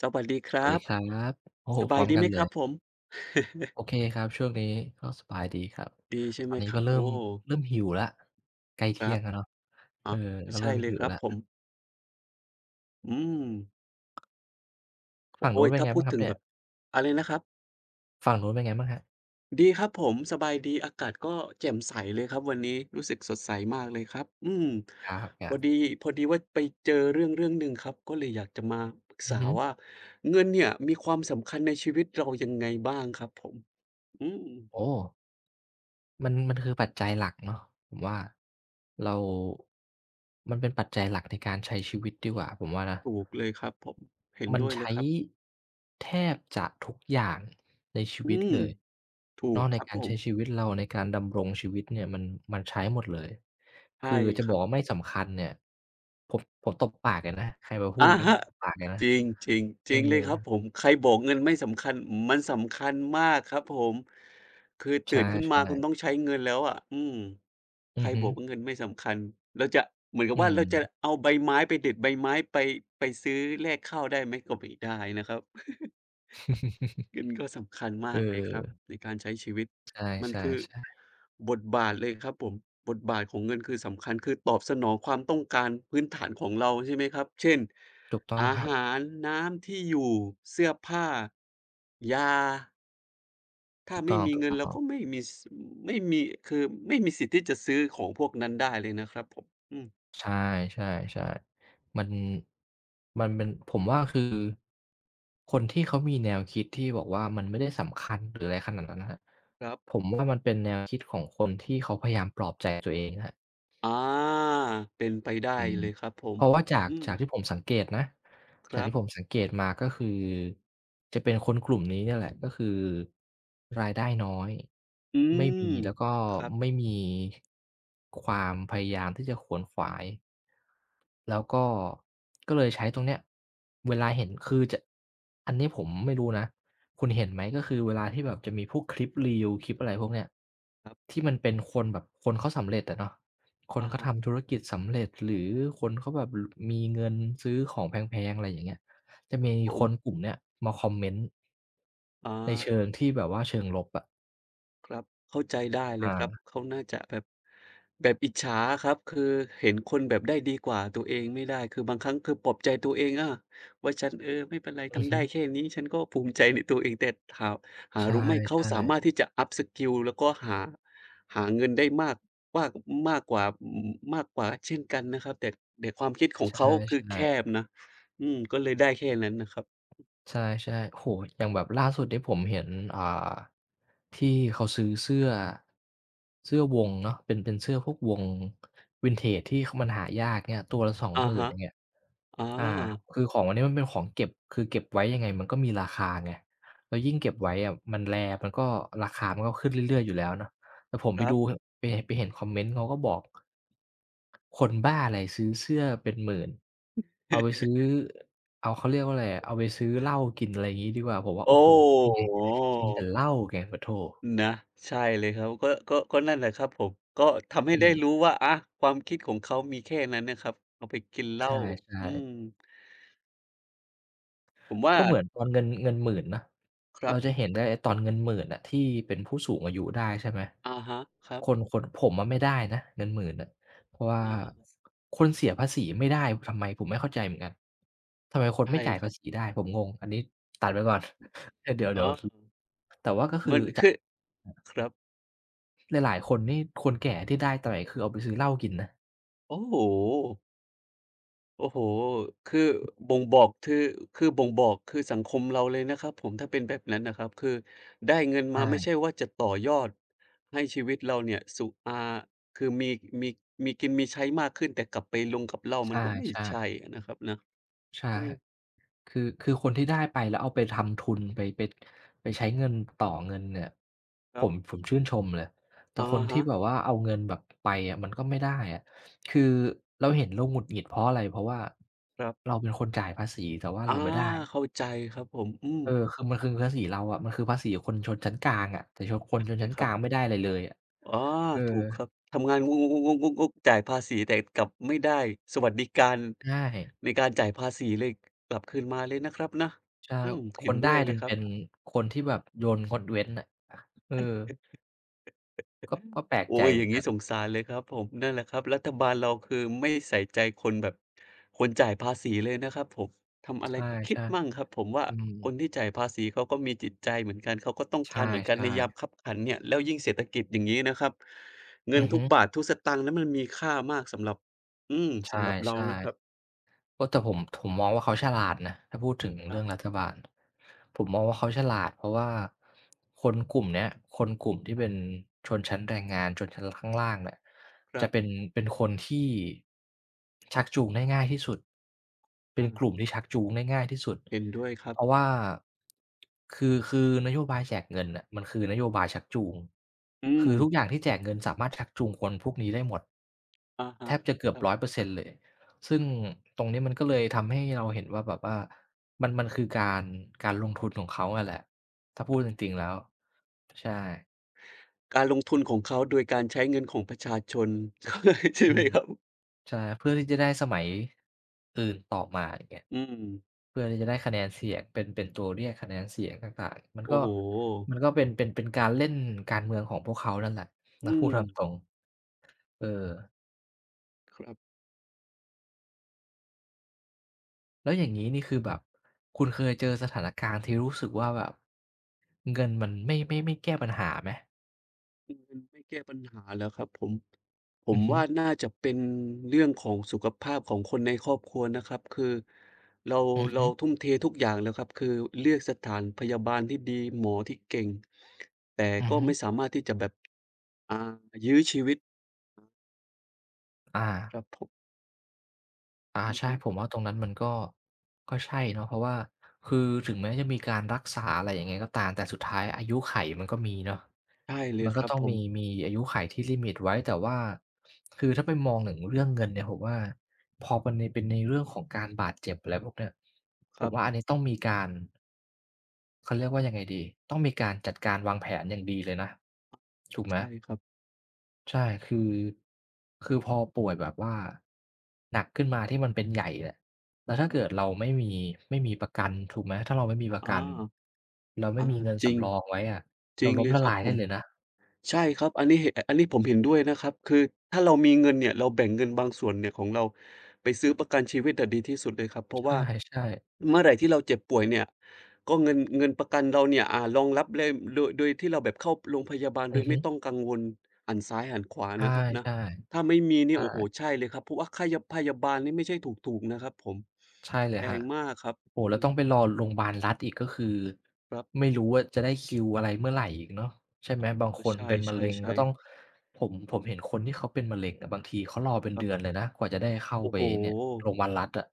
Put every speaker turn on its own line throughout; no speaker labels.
สวัสดีค
สวัส
รั
ดี
บ
ครับโอ้โฮ
ส
พ
บา
ร้อ
ย
ม
ดี
กั
ไห
น
ม
เล
ครับผ
ย
ม
โอเคครับช่วงนี้ก็สบายดีครับ
ดีใช่
ตอ
ไหม
นนี้
ครั
ก็
บ
เริ่
โอ้
มเริ่มหิวแล้วใกล้
ค
เที่
รั
ย
บ
งแล้วเนาะ
อ๋
เอ
อ
อก็เริ่
ใช่
ม
เลย
หิว
ครับ
แล้ว
ผมอืม
ฝั่งนู้
โอ้
น
ย
เป็น
ถ้า
ไง
พู
บ้า
ด
งครับ
ถึง
เนี่
แบ
ย
บอะไรนะครับ
ฝั่งนู้นเป็นไงบ้างครับ
ดีครับผมสบายดีอากาศก็แจ่มใสเลยครับวันนี้รู้สึกสดใสมากเลยครับอืม
ค
พ
รั
อ
บ
ดีพอดีว่าไปเจอเรื่องหนึ่งครับก็เลยอยากจะมาปรึก
ๆอือ
ษา
ฮึ
ว่าเงินเนี่ยมีความสำคัญในชีวิตเรายังไงบ้างครับผมอืม
โอ้ มันคือปัจจัยหลักเนาะผมว่าเรามันเป็นปัจจัยหลักในการใช้ชีวิตดีกว่าผมว่านะ
ถูกเลยครับผมเห็น
มัน
ด้วยเลย
ใช้
ครับ
แทบจะทุกอย่างในชี
อื
วิต
ม
เลย
ถูก
เนาะใน
ครับ
กา
ผ
ร
ม
ใช้ชีวิตเราในการดำรงชีวิตเนี่ยมันใช้หมดเลย
ใช่
คือจะ
ค
บ
รั
อกว่า
บ
ไม่สำคัญเนี่ยผมตบปากเลยนะใครมาพู
อะ
ดอย่างงี้ผ
ฮะ
มตบปากเลยนะ
จริงจริงจ
เอ
ริงเลย
อ
ครับผมใครบอกเงินไม่สำคัญมันสำคัญมากครับผมคือตื่
ใช่
นขึ้นมาคุณ
ๆ
ต้องใช้เงินแล้วอะอืมใค
อื
ร
อ
บ
ฮึ
อกว่าเงินไม่สำคัญเราจะเหมือนกั
อื
บว่า
ม
เราจะเอาใบไม้ไปเด็ดใบไม้ไปไปซื้อแลกข้าวได้ไหมก็ไม่ได้นะครับ เงินก็สำคัญ
เอ
มา
อ
กเลยครับในการใช้ชีวิต
ใ
มัน
ช่
คือ
ๆ
บทบาทเลยครับผมบทบาทของเงินคือสำคัญคือตอบสนองความต้องการพื้นฐานของเราใช่ไหมครับเช่น
ๆถูกต้อง
อา
ครับ
หารน้ำที่อยู่เสื้อผ้ายาถ้า
ถูกต้
ไม่
อง
มี
ถูก
เงิน
ต้
เรา
อง
ก็ไม่มีสไม่มีคือไม่มีสิทธิ์ที่จะซื้อของพวกนั้นได้เลยนะครับผมอืม
ใช่ๆๆมันมันเป็นผมว่าคือคนที่เขามีแนวคิดที่บอกว่ามันไม่ได้สำคัญหรืออะไรขนาดนั้นนะครับ
ครับ
ผมว่ามันเป็นแนวคิดของคนที่เขาพยายามปลอบใจตัวเองครับ
อาเป็นไปได้
อืม
เลยครับผ
เพ
ม
ราะว่าจาก
อืม
จากที่ผมสังเกตนะ
ค
จาก
รับ
ที่ผมสังเกตมาก็คือจะเป็นคนกลุ่มนี้เนี่ยแหละก็คือรายได้น้อย
อื
ไม่
ม
มีแล้วก็
ครับ
ไม่มีความพยายามที่จะขวนขวายแล้วก็ก็เลยใช้ตรงเนี้ยเวลาเห็นคือจะอันนี้ผมไม่รู้นะคุณเห็นไหมก็คือเวลาที่แบบจะมีพวกคลิป Reels คลิปอะไรพวกเนี้ยที่มันเป็นคนแบบคนเขาสำเร็จอะเนาะ ค
ๆ
น
อะ
เขา
ฮะ
ทำธุรกิจสำเร็จหรือคนเขาแบบลมีเงินซื้อของแพงๆอะไรอย่างเงี้ย จะ
ครั
มี
บผ
คนก
ม
ลุ่มเนี้ยมาคอมเมนต์
อา
ในเชิงที่แบบว่าเชิงลบอะ
ครับเข้าใจได้เลย
อา
ครับเขาน่าจะแบบแบบอิจฉาอะครับคือเห็นคนแบบได้ดีกว่าตัวเองไม่ได้คือบางครั้งคือปลอบใจตัวเองว่าฉันเออไม่เป็นไร
อือ
ทำ
ฮึ
ได้แค่นี้ฉันก็ภูมิใจในตัวเองแต่ถามหา
ใช่
รู้ไหม
ๆใ
เขาสามารถที่จะ up skill แล้วก็หาหาเงินได้มากมากมากกว่าอืมมากกว่าเช่นกันนะครับแต่แต่ความคิดของ
ช
เขาคือแค
่ๆ
บนะอืมก็เลยได้แค่นั้นนะครับ
ใช่ใช่โหอย่างแบบล่าสุดที่ผมเห็นอ่าที่เขาซื้อเสื้อเสื้อวงเนาะเป็นเสื้อพวกวงวินเทจที่มันหายากเนี้ยตัวละ
อะ
20,000องหมื่น
ฮะ
อย่างเงี้ย
อา
อ่าคือของอันนี้มันเป็นของเก็บคือเก็บไว้ยังไงมันก็มีราคาไงแล้วยิ่งเก็บไว้อะมันแ a e มันก็ราคามันก็ขึ้นเรื่อยๆอยู่แล้วเนาะ แต่ผม
ค
ไป
รั
ดู
บ
ไปเห็นคอมเมนต์เขาก็บอกคนบ้าอะไรซื้อเสื้อเป็นหมื่นเอาไปซื้อเอาเขาเรียกว่าอะไรอะเอาไปซื้อเหล้ากินอะไรอย่างงี้ดีกว่าผมว่าโอ้
โอ้
โฮนี่ไง
โ
กิน
ฮ
แต่เหล้าไงปะโถ
นะใช่เลยครับก็นั่นแหละครับผม ก็ทำให้
อื
ได้รู้
ม
ว่าอาความคิดของเขามีแค่นั้นนะครับเอาไปกินเห
ใช
ล้า
่
อืม
ๆ
ผมว่า
ก็เหมือนตอนเงินหมื่นนะ
ครั
เรา
บ
จะเห็นได้ไอ้ตอนเงิน1ม0 0 0น่ะที่เป็นผู้สูงอายุได้ใช่ไหม
อะฮะครับ
คนคนผมอะไม่ได้นะเงิน10,000นน่ะเพราะว่า
อ๋อ
คนเสียภาษีไม่ได้ทำไมผมไม่เข้าใจเหมือนกันทำไมคน
ใช่
ไม่จ่าย
ครั
ภา
บ
ษีได้ผมงงอันนี้ตัดไว้ก่อน เดี๋ยวเดี๋
อ๋
ย
อ
วแต
มันคือครับ
่หลายๆคนนี่คนแก่ที่ได้แต่คือเอาไปซื้อเหล้ากินนะ
โอ้โฮ โอ้โฮคือบ่งบอกคือบ่งบอกคือสังคมเราเลยนะครับผมถ้าเป็นแบบนั้นนะครับคือได้เงินมาไม่ใช่
ใช่
ว่าจะต่อยอดให้ชีวิตเราเนี่ยสุอ่าคือมีมีกินมีใช้มากขึ้นแต่กลับไปลงกับเหล้า
ใช
มันก็ไม่ใช่
่
อะนะครับนะ
ๆใช่
อืม
คือคนที่ได้ไปแล้วเอาไปทำทุนไปไปใช้เงินต่อเงินเนี่ย
ค
ผ
รั
ม
บ
ผมชื่นชมเลยแต่
อะ
คนที่
ฮะ
แบบว่าเอาเงินแบบไปอะมันก็ไม่ได้อะคือเราเห็นเราหงุดหงิดเพราะอะไรเพราะว่า
ครั
เรา
บ
เป็นคนจ่ายภาษีแต่ว่า
อา
เราไม่ได้
เข้าใจครับผมอืม
เออคือมันคือภาษีเราอะมันคือภาษีคนชนชั้นกลางอะแต่ชนค
ใช
นชน
่
ชั้น
ค
ก
รั
ลา
บ
งไม่ได้อะไรเลยอะ
อ๋อ
เออ
ถูกครับทำงานจ่ายภาษีแต่กลับไม่ได้สวัสดิการ
ใช่
ในการจ่ายภาษีเลยกลับคืนมาเลยนะครับนะ
ใช่
อืม
ค
เห็น
น
ด้
ได้
วยเล
ดั
ย
น
ครั
เป็น
บ
คนที่แบบโยนงดเว้นน่ะเออก็ก็แปลก
โอ้
ใจ
ย
เห
อ
มือ
ย่า
น
ง
กั
งี้
น
สงสารเลยครับผมนั่นแหละครับรัฐบาลเราคือไม่ใส่ใจคนแบบคนจ่ายภาษีเลยนะครับผมทำอะ
ใช
ไรก็คิด
่
มั่งครับผมว่า
ๆ อืม
คนที่จ่ายภาษีเขาก็มีจิตใจเหมือนกันเขาก็ต้อง
ใช
การเหมือนกันในยาม
่
คับขันเนี่ยแล้วยิ่งเศรษฐกิจอย่างงี้นะครับ
ๆ
เงิน
อือ
ทุ
ฮึ
กบาททุกสตางค์นั้นมันมีค่ามากสำหรับอืม
ใช
สำหรับเรา
่
นะครับ
ๆโอ้แต่ผมมองว่าเขาฉลาดนะถ้าพูดถึง
ครั
เรื่องรั
บ
ฐบาลผมมองว่าเขาฉลาดเพราะว่าคนกลุ่มเนี้ยคนกลุ่มที่
ครั
เป็น
บ
ชนชั้นแรงงานชนชั้นข้างล่างเนี่ย
ครั
จะ
บ
เป็นเป็นคนที่ชักจูงได้ง่ายที่สุดเป็น
อา
กลุ่มที่ชักจูงได้ง่ายที่สุด
เห็นด้วยครั
เพ
บ
ราะว่าคือนโยบายแจกเงินน่ะมันคือนโยบายชักจูง
อื
คื
ม
อทุกอย่างที่แจกเงินสามารถชักจูงคนพวกนี้ได้หมด
อะฮะ
แทบจะเกือ
ค
บ
รับ
100%เปอร์เซ็นต์เลย ซึ่งตรงนี้มันก็เลยทำให้เราเห็นว่าแบบว่ามันคือการการลงทุนของเขาอะแหละ ถ้าพูดจริงๆแล้วใช่
การลงทุนของเขาโดยการใช้เงินของประชาชน ใช่
อื
ไหม
ม
ครับ
ใช่เพื่อที่จะได้สมัยอื่นต่อมาอย่างเงี้ย
อืม
เพื่อที่จะได้คะแนนเสียงเป็นเป็นตัวเรียกคะแนนเสียงต่างๆมันก็
โอ้โฮ
มันก็เป็นเป็นเป็นการเล่นการเมืองของพวกเขานั่นแหละนะ
อื
พูด
ม
ตามตรงเออ
ครับ
แล้วอย่างนี้นี่คือแบบคุณเคยเจอสถานการณ์ที่รู้สึกว่าแบบเงินมันไม่แก้ปัญหาไหม
อืมไม่แก้ปัญหาเหรอครับผมผ
อื
ม
อฮึ
ว่าน่าจะเป็นเรื่องของสุขภาพของคนในครอบครัวนะครับ คือเรา
อือ
เรา
ฮึ
ทุ่มเททุกอย่างแล้วครับ คือเลือกสถานพยาบาลที่ดีหมอที่เก่ง แต่
อือ
ก็
ฮึ
ไม่สามารถที่จะแบบอ่ายื้อชีวิต
อา
ครับผม
อา
อือ
ใช่
ฮึ
ผมว่าตรงนั้นมันก็ก็ใช่เนาะเพราะว่าคือถึงแม้จะมีการรักษาอะไรอยางเงยก็ตามแต่สุดท้ายอายุไขมันก็มีเนาะ
ใช่เล
มั
ย
น
ค
ก็
รับ
ต้อง
ผม
มีอายุไขที่ลิมิตไว้แต่ว่าคือถ้าไปมองถึงเรื่องเงินเนี่ยผมว่าพอมันในเป็นในเรื่องของการบาดเจ็บอะไรพวกเนี้ยผ
ครั
มว่าอัน
บ
นี้ต้องมีการ เขาเรียกว่ายังไงดีต้องมีการจัดการวางแผนอย่างดีเลยนะถูกไหม
ใช่ครับ
ใช่คือคือพอป่วยแบบว่าหนักขึ้นมาที่มันเป็นใหญ่เนี่ยแล้วถ้า
ครั
เกิด
บ
เราไม่มีไม่มีประกันถูกไหมถ้าเราไม่มีประ
อา
กันเราไม่
อา
มีเงิน
จริง
สำรองไว้อะ
จ
เรา
ริง
ล้ม
เลย
ละ
ครับ
ลาย
ผ
ได้
ม
เลยนะ
ใช่ครับอันนี้เห็นอันนี้ผมเห็นด้วยนะครับคือถ้าเรามีเงินเนี่ยเราแบ่งเงินบางส่วนเนี่ยของเราไปซื้อประกันชีวิตอะดีที่สุดเลยครับเพราะว่า
ใช่ๆ
เมื่อไหร่ที่เราเจ็บป่วยเนี่ยก็เงินประกันเราเนี่ยอ่ารองรับเลยโดยที่เราแบบเข้าโรงพยาบาลโด
อือ
ย
ฮึ
ไม่ต้องกังวลหันซ้ายหันขวา
ใช่
นะครับนะถ้า
ๆ
ไม่มีนี่
ใช่
โอ้โฮใช่เลยครับเพราะว่าค่ายะพยาบาลนี่ไม่ใช่ถูกๆนะครับผม
ใช่เลย
แพ
ครับ
งมากครับ
โอ้โฮ
อื
แล้วต้องไป
ม
รอโรงพยาบาลรัฐอีกก็คือ
ครับ
ไม่รู้ว่าจะได้คิวอะไรเมื่อไหร่อีกเนาะใช่ไหมบาง
เอ
ค
อ
น
ใช
เป็นมะเร็งก็
่
ต้อ
ๆ
ง
ๆ
ผมเห็นคนที่เขาเป็นมะเร็งอะบางทีเขารอเป็น
ครั
เดือนเล
บ
ยนะกว่าจะได้เข้า
โอ้
ไป
โฮ
เนี่ยโรงพยาบาลรัฐอะ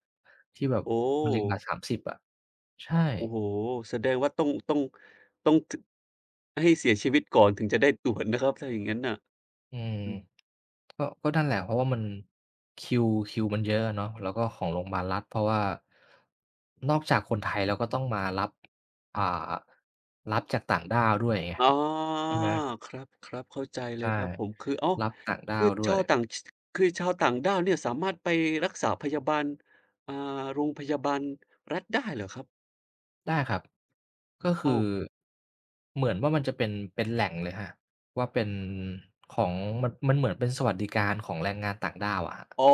ที่แบบ
โอ้
มะเร็งบาดสามส3 0อะใช่
โอ้โฮแสดงว่าต้องต้องให้เสียชีวิตก่อนถึงจะได้ตรวจนะครับถ้าอย่างงั้นน่ะ
อืม
อืม
ก็ก็นั่นแหละเพราะว่ามันคิวมันเยอะอะเนาะแล้วก็ของโรงพยาบาลรัฐเพราะว่านอกจากคนไทยแล้วก็ต้องมารับอ่ารับจากต่างด้าวด้วยไง
อ๋อ
ใช่ไหม
ครับๆเข้าใจเลย
ใช่
ครับผมคืออ้าว
รับต่างด้า
คื
ว
อ
ด้ว
ชา
ย
วต่างชคือชาวต่างด้าวเนี่ยสามารถไปรักษาพยาบาลอ่าโรงพยาบาลรัฐได้เหรอครับ
ได้ครับก็คื
อ้า
อ
ว
เหมือนว่ามันจะเป็นเป็นแหล่งเลยครับว่าเป็นของมันเหมือนเป็นสวัสดิการของแรงงานต่างด้าวอะครับ
อ๋อ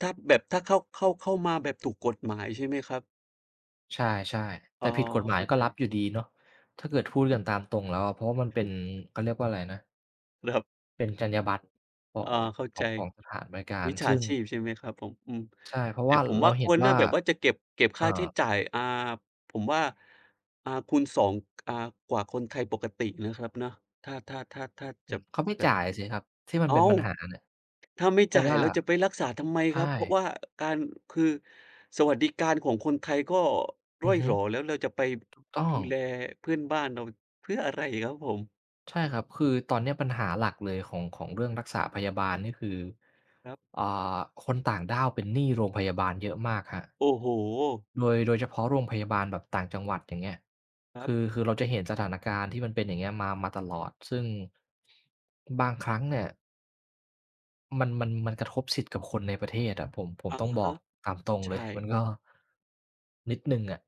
ถ้าแบบถ้าเข้ามาแบบถูกกฎหมายใช่ไหมครับ
ใช่ๆ
อ๋อ
แต่ผิดกฎหมาย
เข้า
ก็
ใจ
รับอยู่ดีเนาะถ้าเกิดพูดกันตามตรงแล้วอะเพราะว่ามันเป็นเขาเรียกว่าอะไรนะ
ครับ
เป็นจรรยาบรรณขอ
อ
ง
อเข้า
ข
ใจ
องของสถานบริการ
มิจฉา
ซึ่ง
ชีพใช่ไหมครับผมอืม
ใช่เพราะ
แต่
ว่า
ผม
เรา
ว่าค
เห็น
วรน่า
ว่า
แบบว่าจะเก็บ
เอ่
ค่าใช้
อ
จ่ายผมว่าคูณ2องอ่ากว่าคนไทยปกตินะครับเนาะถ้า
อื
จะ
มเขาไม่
แบบ
จ่ายสิครับที่มันเป็น
อ้า
ปั
ว
ญหาเนี่ย
ถ้าไม่
เพราะ
จ่าย
ว่า
แล้วจะไปรักษาทำไมครับ
ใช่
เพราะว่าการคือสวัสดิการของคนไทยก็
อื
ร่อ
อ
ย
ฮึ
หรอแล้วเราจะไป
ถูกต้อ
ดู
ง
แลเพื่อนบ้านเราเพื่ออะไรครับผม
ใช่ครับคือตอนเนี้ยปัญหาหลักเลยของของเรื่องรักษาพยาบาลนี่คือ
ครับ
อ่าคนต่างด้าวเป็นหนี้โรงพยาบาลเยอะมากครับ
โอ้โฮ
โดยเฉพาะโรงพยาบาลแบบต่างจังหวัดอย่างเงี้ย
ครั
คือ
บ
คือเราจะเห็นสถานการณ์ที่มันเป็นอย่างเงี้ยมาตลอดซึ่งบางครั้งเนี่ยมันกระทบสิทธิ์กับคนในประเทศอะผม
อะ
ต้องบอก
ฮะ
ตามตรงเลย
ใช่
มันก็นิดหนึ่งอะ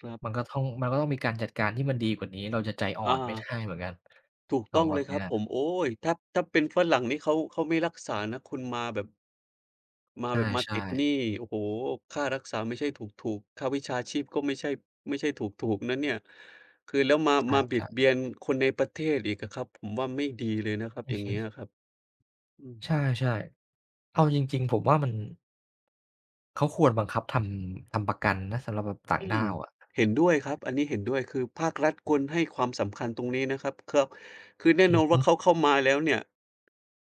ครั
มัน
บ
ก็ต้องมันก็ต้องมีการจัดการที่มันดีกว่านี้เราจะใจอ่อ
อา
นไม่ได้เหมือนกัน
ถูก
ขอ
ต้
ง
อง
แบ
เล
บ
ยค
เนี้
รับ
ย
ผมโอ๊ยถ้าเป็นฝรั่งนี่เขาไม่รักษานะคุณมาแบบ
ใช
มา
่
ติดหนี้
ๆ
โอ้โฮค่ารักษาไม่ใช่ถูกๆค่าวิชาชีพก็ไม่ใช่ไม่ใช่ถูกๆนะเนี่ยคือแล้วมาบิด
ใช่
เบียนคนในประเทศอีกอะครับผมว่าไม่ดีเลยนะครั
ๆ
บ
อื
อ
อ
ย่าง
ฮึ
เงี้ยครับอืม
ใช่ๆเอาจริงๆผมว่ามันเขาควรบังคับทำประกันนะสำหรับแบบ
อื
ต่าง
ม
ด้าวอะ
เห็นด้วยครับอันนี้เห็นด้วยคือภาครัฐควรให้ความสำคัญตรงนี้นะครับครับคือแน่
อื
น
อ
อนว่า
ฮึ
เขาเข้ามาแล้วเนี่ย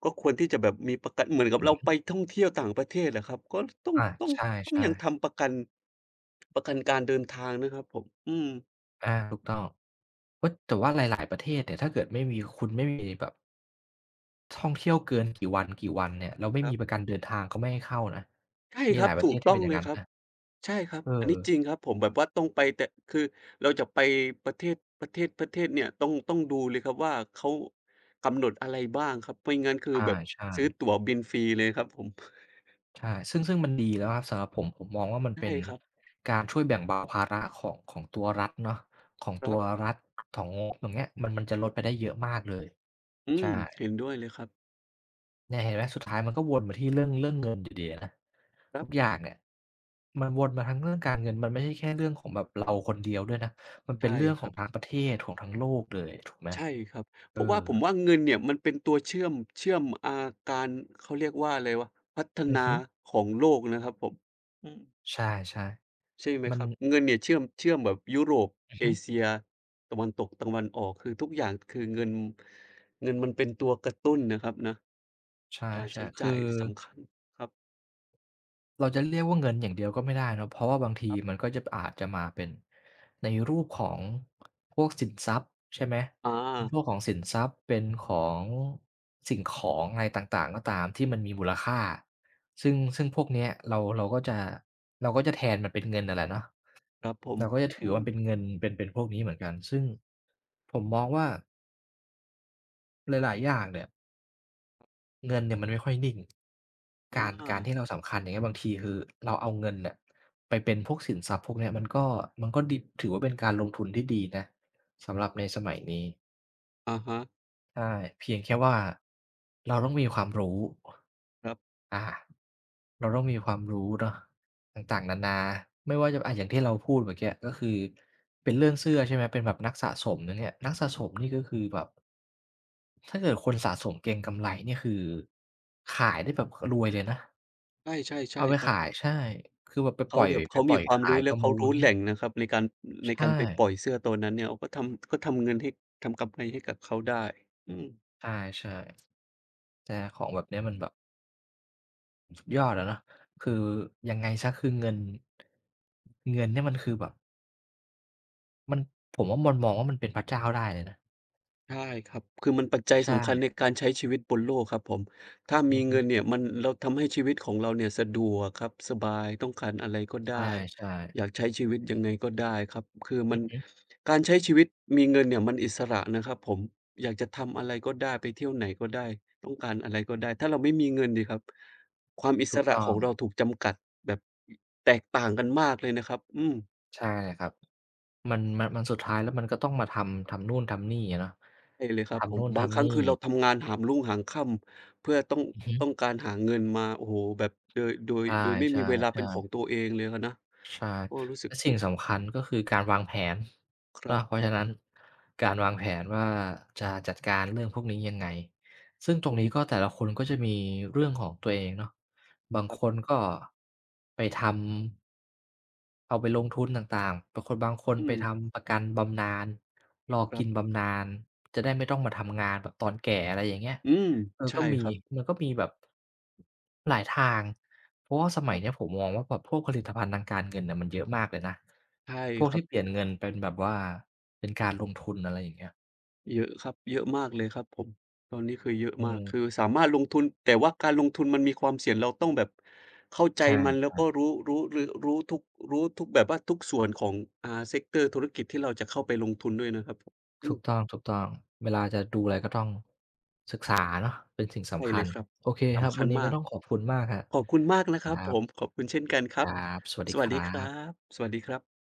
ก็ควรที่จะแบบมีประกันเหมือนกับ
อื
เราไป
อ
ท่องเที่ยวต่างประเทศอะครับก็ต้อง
อา
ต้อง
ใช
ต้อง
่
ยังทำประกันการเดินทางนะครับผมอืม
ๆอาถูกต้องเฮ้ยแต่ว่าหลายๆประเทศเนี่ยถ้าเกิดไม่มีคุณไม่มีแบบท่องเที่ยวเกินกี่วันกีวันเนี่ยแล้วไม่
ครั
มี
บ
ประกันเดินทางเขาไม่ให้เข้านะ
ใช่
มี
ค
ห
รั
ลา
บ
ยประ
ถู
เท
ก
ศที่
ต้อ
เป็
ง
นอย่า
เล
ง
ย
นั้น
ครับ
นะ
ใช่ครับ
เอ
อัน
อ
นี้จริงครับผมแบบว่าต้องไปแต่คือเราจะไปประเทศเนี่ยต้องดูเลยครับว่าเขากำหนดอะไรบ้างครับไม่งั้นคือแบบ
ใช่
ซื้อตั๋
ๆ
วบินฟรีเลยครับผม
ใช่ซึ่งมันดีแล้วครับสำหรับผมผมมองว่ามัน
ใช่
เป็น
ครับ
การช่วยแบ่งเบาภาระของของตัวรัฐเนาะของ
ค
ตั
รั
ว
บ
รัฐของงบอย่างเงี้ยมันมันจะลดไปได้เยอะมากเลย
อืม
ใช่
เห็นด้วยเลยครับ
เนี่ยเห็นไหมสุดท้ายมันก็วนมาที่เรื่องเรื่องเงินอยู่ดีอะนะ
ครั
ทุกอ
บ
ย่างเนี่ยมันวนมาทั้งเรื่องการเงินมันไม่ใช่แค่เรื่องของแบบเราคนเดียวด้วยนะมันเป็
ใช่
นเรื่อง
ค
ขอ
รั
ง
บ
ทั้งประเทศของทั้งโลกเลยถูกไหม
ใช่ครับเพ
เอ
ราะ
อ
ว่าผมว่าเงินเนี่ยมันเป็นตัวเชื่อมเชื่อมการเขาเรียกว่าอะไรวะพัฒ
อือ
นา
ฮึ
ของโลกนะครับผมอืม
ใช่
ใช่ไหม
ๆมั
ค
น
รับเงินเนี่ยเชื่อมแบบยุโรป
อือ
เอ
ฮึ
เชียตะวันตกตะวันออกคือทุกอย่างคือเงินเงินมันเป็นตัวกระตุ้นนะครับนะ
ใช่
การใช้
ๆคือ
จ่ายที่สำคัญครับ
เราจะเรียกว่าเงินอย่างเดียวก็ไม่ได้เนาะเพราะว่าบางที
ครั
มัน
บ
ก็จะอาจจะมาเป็นในรูปของพวกสินทรัพย์ใช่ไหม
อา
เป็นพวกของสินทรัพย์เป็นของสิ่งของอะไรต่างๆก็ตามที่มันมีมูลค่าซึ่งพวกเนี้ยเราก็จะแทนมันเป็นเงินนั่นแหละเนาะ
ครับผม
เราก็จะถือ
อืม
มันเป็นเงินเป็นเป็นพวกนี้เหมือนกันซึ่งผมมองว่าหลายๆอย่างเนี่ย เงินเนี่ยมันไม่ค่อยนิ่ง
อ
การ
า
ที่เราสำคัญอย่างเงี้ยบางทีคือเราเอาเงินเนี่ยไปเป็นพวกสินทรัพย์พวกเนี้ยมันก็มันก็ดิถือว่าเป็นการลงทุนที่ดีนะสำห
ค
รั
รั
บใน
บ
สมัยนี้
อะฮะ
ใช่เพียงแค่ว่าเราต้องมีความรู้
ครับ
อ่าเราต้องมีความรู้เนาะต่างๆนานาไม่ว่าจะอะอย่างที่เราพูดเมื่อกี้ก็คือเป็นเรื่องเสื้อใช่ไหมเป็นแบบนักสะสมนะเนี่ยนักสะสมนี่ก็คือแบบถ้าเกิดคนสะสมเก็งกำไรนี่คือขายได้แบบรวยเลยนะ
ใช่ๆใช่
เอาไป
ครั
ขาย
บ
ใช่คือแบบไปป
เขา
ล่อย
แบบเขามีความ
ขาย
รู้
ป
และ
ระมู
เขา
ล
รู้แห
เงี้ย
ล่งนะครับใน
ใช่
การไปปล่อยเสื้อตัวนั้นเนี่ยเขาก็ทำเงินให้ทำกำไรให้กับเขาได้อืม
ใช่ๆแต่ของแบบเนี้ยมันแบบสุดยอดอะเนาะคือยังไงเสียคือเงินเงินเนี่ยมันคือแบบ มันผมว่ามันมองว่ามันเป็นพระเจ้าได้เลยนะ
ใช่ครับ คือมันปัจจัยสำคัญ
ใช่
ในการใช้ชีวิตบนโลกครับผม ถ้า
อื
มี
อฮึ
เงินเนี่ยมันเราทำให้ชีวิตของเราเนี่ยสะดวกครับสบายต้องการอะไรก็
ใ
ได้
ช่
อยาก
ๆ
ใช้ชีวิตยังไงก็ได้ครับคือ
อื
มัน
อฮึ
การใช้ชีวิตมีเงินเนี่ยมันอิสระนะครับผม อยากจะทำอะไรก็ได้ไปเที่ยวไหนก็ได้ต้องการอะไรก็ได้ ถ้าเราไม่มีเงินสิครับความอิส
ถูก
ระ
ต้อ
ขอ
ง
งเราถูกจำกัดแบบแตกต่างกันมากเลยนะครับอืม
ใช่ครับมันสุดท้ายแล้วมันก็ต้องมาทำนู่นทำนี่อะเนาะ
ใช่เลยครับผ
ทำ
ม
นู่น
บางค
ทำ
รั้ง
นี่
คือเราทำงานหามรุ่งหามค่ำเพื่อต้อง
อือฮึ
ต้องการหาเงินมาโอ้โฮแบบโดยโดย
ใ
โดยไม่มี
ช่
เวลาเป็นข
ๆ
องตัว
ๆ
เองเลยอะนะ
ใช่
ก็รู้สึก
และสิ่งสำคัญก็คือการวางแผน
ครั
เนาะเพ
บ
ราะฉะนั้นการวางแผนว่าจะจัดการเรื่องพวกนี้ยังไงซึ่งตร
ผ
งนี้ก็
ม
แต่ละคนก็จะมีเรื่องของตัวเองเนาะบาง
ครั
คน
บ
ก็ไปทำ เอาไปลงทุนต่างๆบางคน
อื
ไป
ม
ทำประกันบำนาญรอ
ครั
กิน
บ
บำนาญจะได้ไม่ต้องมาทำงานแบบตอนแก่อะไรอย่างเงี้ย
อืม
เออก็
ใช่
มี
ครับ
มันก็มีแบบหลายทางเพราะว่าส
ค
มัย
รั
เนี้ยผ
บ
มมองว่าแบบพวกผลิตภัณฑ์ทางการเงินน่ะมันเยอะมากเลยนะ
ใช่
พวก
ครั
ที่เปลี่
บ
ยนเงินเป็นแบบว่าเป็นการลงทุนอะไรอย่างเงี้ย
เยอะครับเยอะมากเลยครับผมตอนนี้คือเยอะ
อื
มากคือ
ม
สามารถลงทุนแต่ว่าการลงทุนมันมีความเสี่ยงเราต้องแบบเข้าใจ
ใช
มันแล้ว
่
ก็รู้รู้รือรู้ทุกรู้ทุกแบบว่าทุกส่วนของsector ธุรกิจที่เราจะเข้าไปลงทุนด้วยนะครับผม
ๆ
อื
ถู
ม
กต้องๆเวลาจะดูอะไรก็ต้องศึกษาเนาะเป็นสิ่ง
ใช่
สำคั
เล
ญ
ยครับ
โอเคครับ
สำคั
วั
ญ
นนี้ก็
มาก
ต้องขอบคุณมากครับ
ขอบคุณมากนะครั
ค
บ
รั
ผ
บ
มขอบคุณเช่นกันค
ค
รับ
รับ สวัส
ส
ดี
วั
ค
สดี
รั
ครั
บ
บสวัสดีครับ